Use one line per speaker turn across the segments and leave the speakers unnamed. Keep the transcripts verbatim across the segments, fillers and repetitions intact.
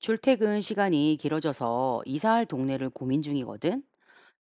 출퇴근 시간이 길어져서 이사할 동네를 고민 중이거든.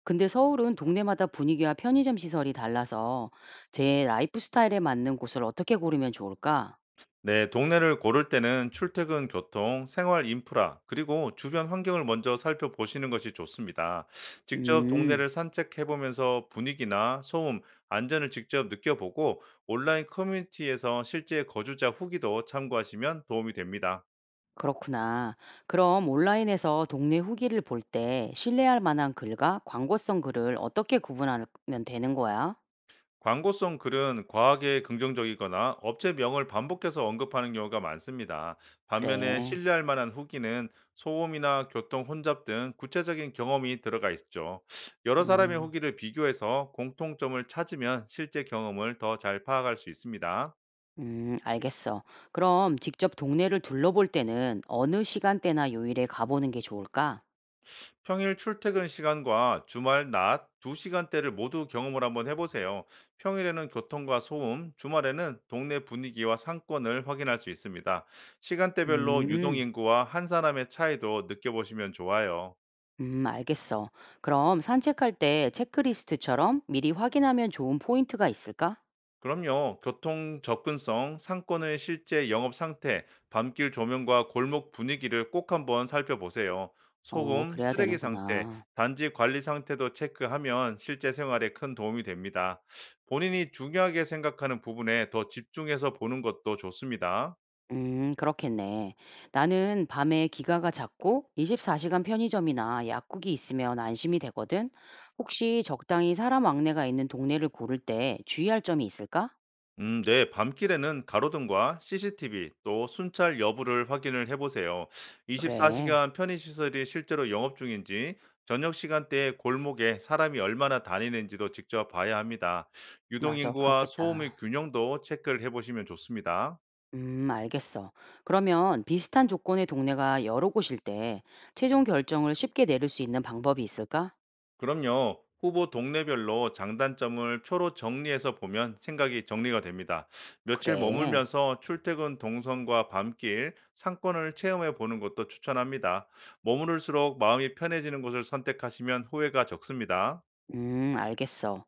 근데 서울은 동네마다 분위기와 편의점 시설이 달라서 제 라이프 스타일에 맞는 곳을 어떻게 고르면 좋을까?
네, 동네를 고를 때는 출퇴근 교통, 생활 인프라, 그리고 주변 환경을 먼저 살펴보시는 것이 좋습니다. 직접
음,
동네를 산책해보면서 분위기나 소음, 안전을 직접 느껴보고 온라인 커뮤니티에서 실제 거주자 후기도 참고하시면 도움이 됩니다.
그렇구나. 그럼 온라인에서 동네 후기를 볼 때 신뢰할 만한 글과 광고성 글을 어떻게 구분하면 되는 거야?
광고성 글은 과하게 긍정적이거나 업체명을 반복해서 언급하는 경우가 많습니다. 반면에
그래.
신뢰할 만한 후기는 소음이나 교통 혼잡 등 구체적인 경험이 들어가 있죠. 여러 사람의
음,
후기를 비교해서 공통점을 찾으면 실제 경험을 더 잘 파악할 수 있습니다.
음, 알겠어. 그럼 직접 동네를 둘러볼 때는 어느 시간대나 요일에 가보는 게 좋을까?
평일 출퇴근 시간과 주말 낮 두 시간대를 모두 경험을 한번 해보세요. 평일에는 교통과 소음, 주말에는 동네 분위기와 상권을 확인할 수 있습니다. 시간대별로
음.
유동인구와 한 사람의 차이도 느껴보시면 좋아요.
음, 알겠어. 그럼 산책할 때 체크리스트처럼 미리 확인하면 좋은 포인트가 있을까?
그럼요. 교통 접근성, 상권의 실제 영업 상태, 밤길 조명과 골목 분위기를 꼭 한번 살펴보세요.
어,
소음,
그래야
쓰레기 상태,
되는구나.
단지 관리 상태도 체크하면 실제 생활에 큰 도움이 됩니다. 본인이 중요하게 생각하는 부분에 더 집중해서 보는 것도 좋습니다.
음, 그렇겠네. 나는 밤에 기가가 작고 이십사 시간 편의점이나 약국이 있으면 안심이 되거든. 혹시 적당히 사람 왕래가 있는 동네를 고를 때 주의할 점이 있을까?
음, 네. 밤길에는 가로등과 씨씨티비 또 순찰 여부를 확인을 해보세요.
그래,
이십사 시간 편의시설이 실제로 영업 중인지, 저녁 시간대에 골목에 사람이 얼마나 다니는지도 직접 봐야 합니다.
맞아,
유동인구와 소음의
그렇겠다.
균형도 체크를 해보시면 좋습니다.
음, 알겠어. 그러면 비슷한 조건의 동네가 여러 곳일 때 최종 결정을 쉽게 내릴 수 있는 방법이 있을까?
그럼요. 후보 동네별로 장단점을 표로 정리해서 보면 생각이 정리가 됩니다. 며칠
그래.
머물면서 출퇴근 동선과 밤길, 상권을 체험해 보는 것도 추천합니다. 머무를수록 마음이 편해지는 곳을 선택하시면 후회가 적습니다.
음, 알겠어.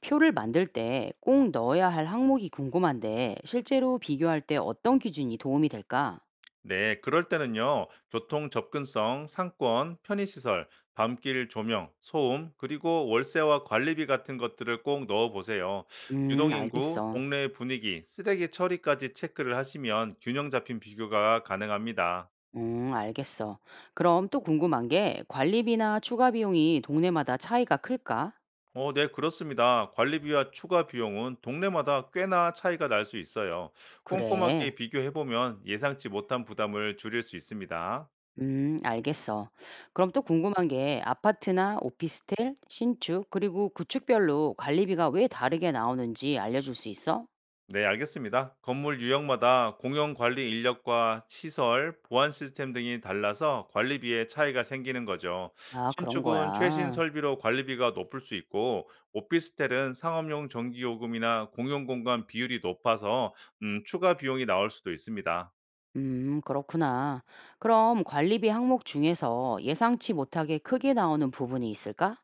표를 만들 때 꼭 넣어야 할 항목이 궁금한데, 실제로 비교할 때 어떤 기준이 도움이 될까?
네, 그럴 때는요, 교통 접근성, 상권, 편의시설, 밤길 조명, 소음, 그리고 월세와 관리비 같은 것들을 꼭 넣어보세요.
음,
유동인구,
알겠어.
동네 분위기, 쓰레기 처리까지 체크를 하시면 균형 잡힌 비교가 가능합니다.
음, 알겠어. 그럼 또 궁금한 게 관리비나 추가 비용이 동네마다 차이가 클까?
어, 네, 그렇습니다. 관리비와 추가 비용은 동네마다 꽤나 차이가 날 수 있어요.
그래.
꼼꼼하게 비교해보면 예상치 못한 부담을 줄일 수 있습니다.
음, 알겠어. 그럼 또 궁금한 게 아파트나 오피스텔, 신축, 그리고 구축별로 관리비가 왜 다르게 나오는지 알려줄 수 있어?
네, 알겠습니다. 건물 유형마다 공용 관리 인력과 시설, 보안 시스템 등이 달라서 관리비에 차이가 생기는 거죠.
아, 그런
신축은 최신
거야.
설비로 관리비가 높을 수 있고, 오피스텔은 상업용 전기요금이나 공용 공간 비율이 높아서 음, 추가 비용이 나올 수도 있습니다.
음, 그렇구나. 그럼 관리비 항목 중에서 예상치 못하게 크게 나오는 부분이 있을까?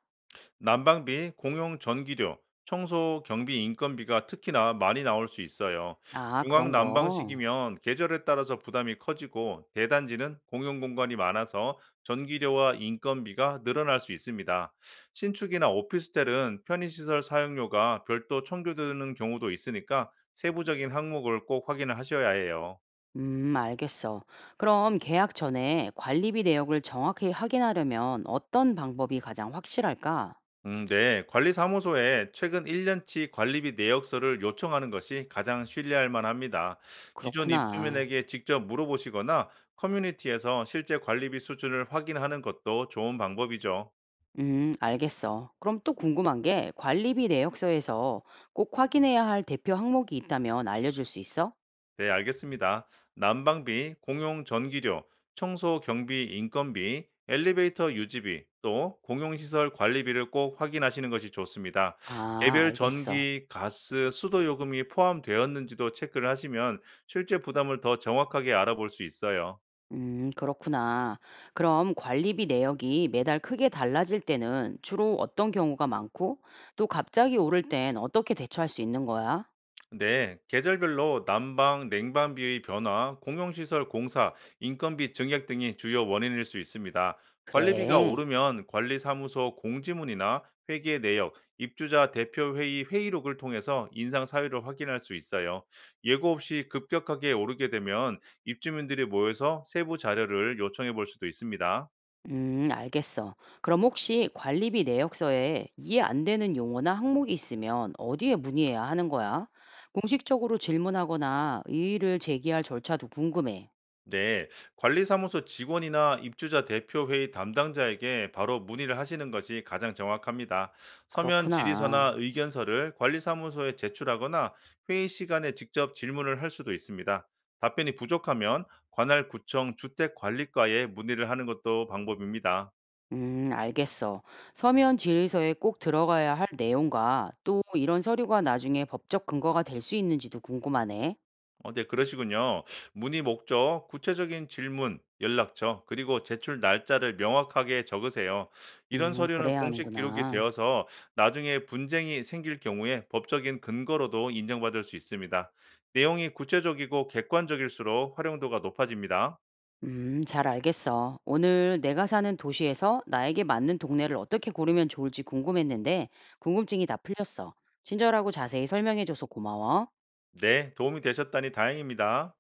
난방비, 공용 전기료, 청소 경비 인건비가 특히나 많이 나올 수 있어요.
아,
중앙
그런 거.
난방식이면 계절에 따라서 부담이 커지고 대단지는 공용 공간이 많아서 전기료와 인건비가 늘어날 수 있습니다. 신축이나 오피스텔은 편의시설 사용료가 별도 청구되는 경우도 있으니까 세부적인 항목을 꼭 확인을 하셔야 해요.
음, 알겠어. 그럼 계약 전에 관리비 내역을 정확히 확인하려면 어떤 방법이 가장 확실할까?
음, 네. 관리사무소에 최근 일 년치 관리비 내역서를 요청하는 것이 가장 신뢰할 만합니다. 기존
그렇구나.
입주민에게 직접 물어보시거나 커뮤니티에서 실제 관리비 수준을 확인하는 것도 좋은 방법이죠.
음, 알겠어. 그럼 또 궁금한 게 관리비 내역서에서 꼭 확인해야 할 대표 항목이 있다면 알려줄 수 있어?
네, 알겠습니다. 난방비, 공용 전기료, 청소 경비, 인건비, 엘리베이터 유지비, 또 공용시설 관리비를 꼭 확인하시는 것이 좋습니다.
아,
개별
알겠어.
전기, 가스, 수도 요금이 포함되었는지도 체크를 하시면 실제 부담을 더 정확하게 알아볼 수 있어요.
음, 그렇구나. 그럼 관리비 내역이 매달 크게 달라질 때는 주로 어떤 경우가 많고, 또 갑자기 오를 땐 어떻게 대처할 수 있는 거야?
네, 계절별로 난방, 냉방비의 변화, 공용시설 공사, 인건비 증액 등이 주요 원인일 수 있습니다. 관리비가
그래.
오르면 관리사무소 공지문이나 회계 내역, 입주자 대표회의 회의록을 통해서 인상 사유를 확인할 수 있어요. 예고 없이 급격하게 오르게 되면 입주민들이 모여서 세부 자료를 요청해 볼 수도 있습니다.
음, 알겠어. 그럼 혹시 관리비 내역서에 이해 안 되는 용어나 항목이 있으면 어디에 문의해야 하는 거야? 공식적으로 질문하거나 이의를 제기할 절차도 궁금해.
네, 관리사무소 직원이나 입주자 대표회의 담당자에게 바로 문의를 하시는 것이 가장 정확합니다. 서면
그렇구나.
질의서나 의견서를 관리사무소에 제출하거나 회의 시간에 직접 질문을 할 수도 있습니다. 답변이 부족하면 관할 구청 주택관리과에 문의를 하는 것도 방법입니다.
음, 알겠어. 서면 질의서에 꼭 들어가야 할 내용과 또 이런 서류가 나중에 법적 근거가 될 수 있는지도 궁금하네.
어, 네, 그러시군요. 문의 목적, 구체적인 질문, 연락처, 그리고 제출 날짜를 명확하게 적으세요. 이런
음,
서류는
그래야
공식 기록이
하는구나.
되어서 나중에 분쟁이 생길 경우에 법적인 근거로도 인정받을 수 있습니다. 내용이 구체적이고 객관적일수록 활용도가 높아집니다.
음, 잘 알겠어. 오늘 내가 사는 도시에서 나에게 맞는 동네를 어떻게 고르면 좋을지 궁금했는데 궁금증이 다 풀렸어. 친절하고 자세히 설명해줘서 고마워.
네, 도움이 되셨다니 다행입니다.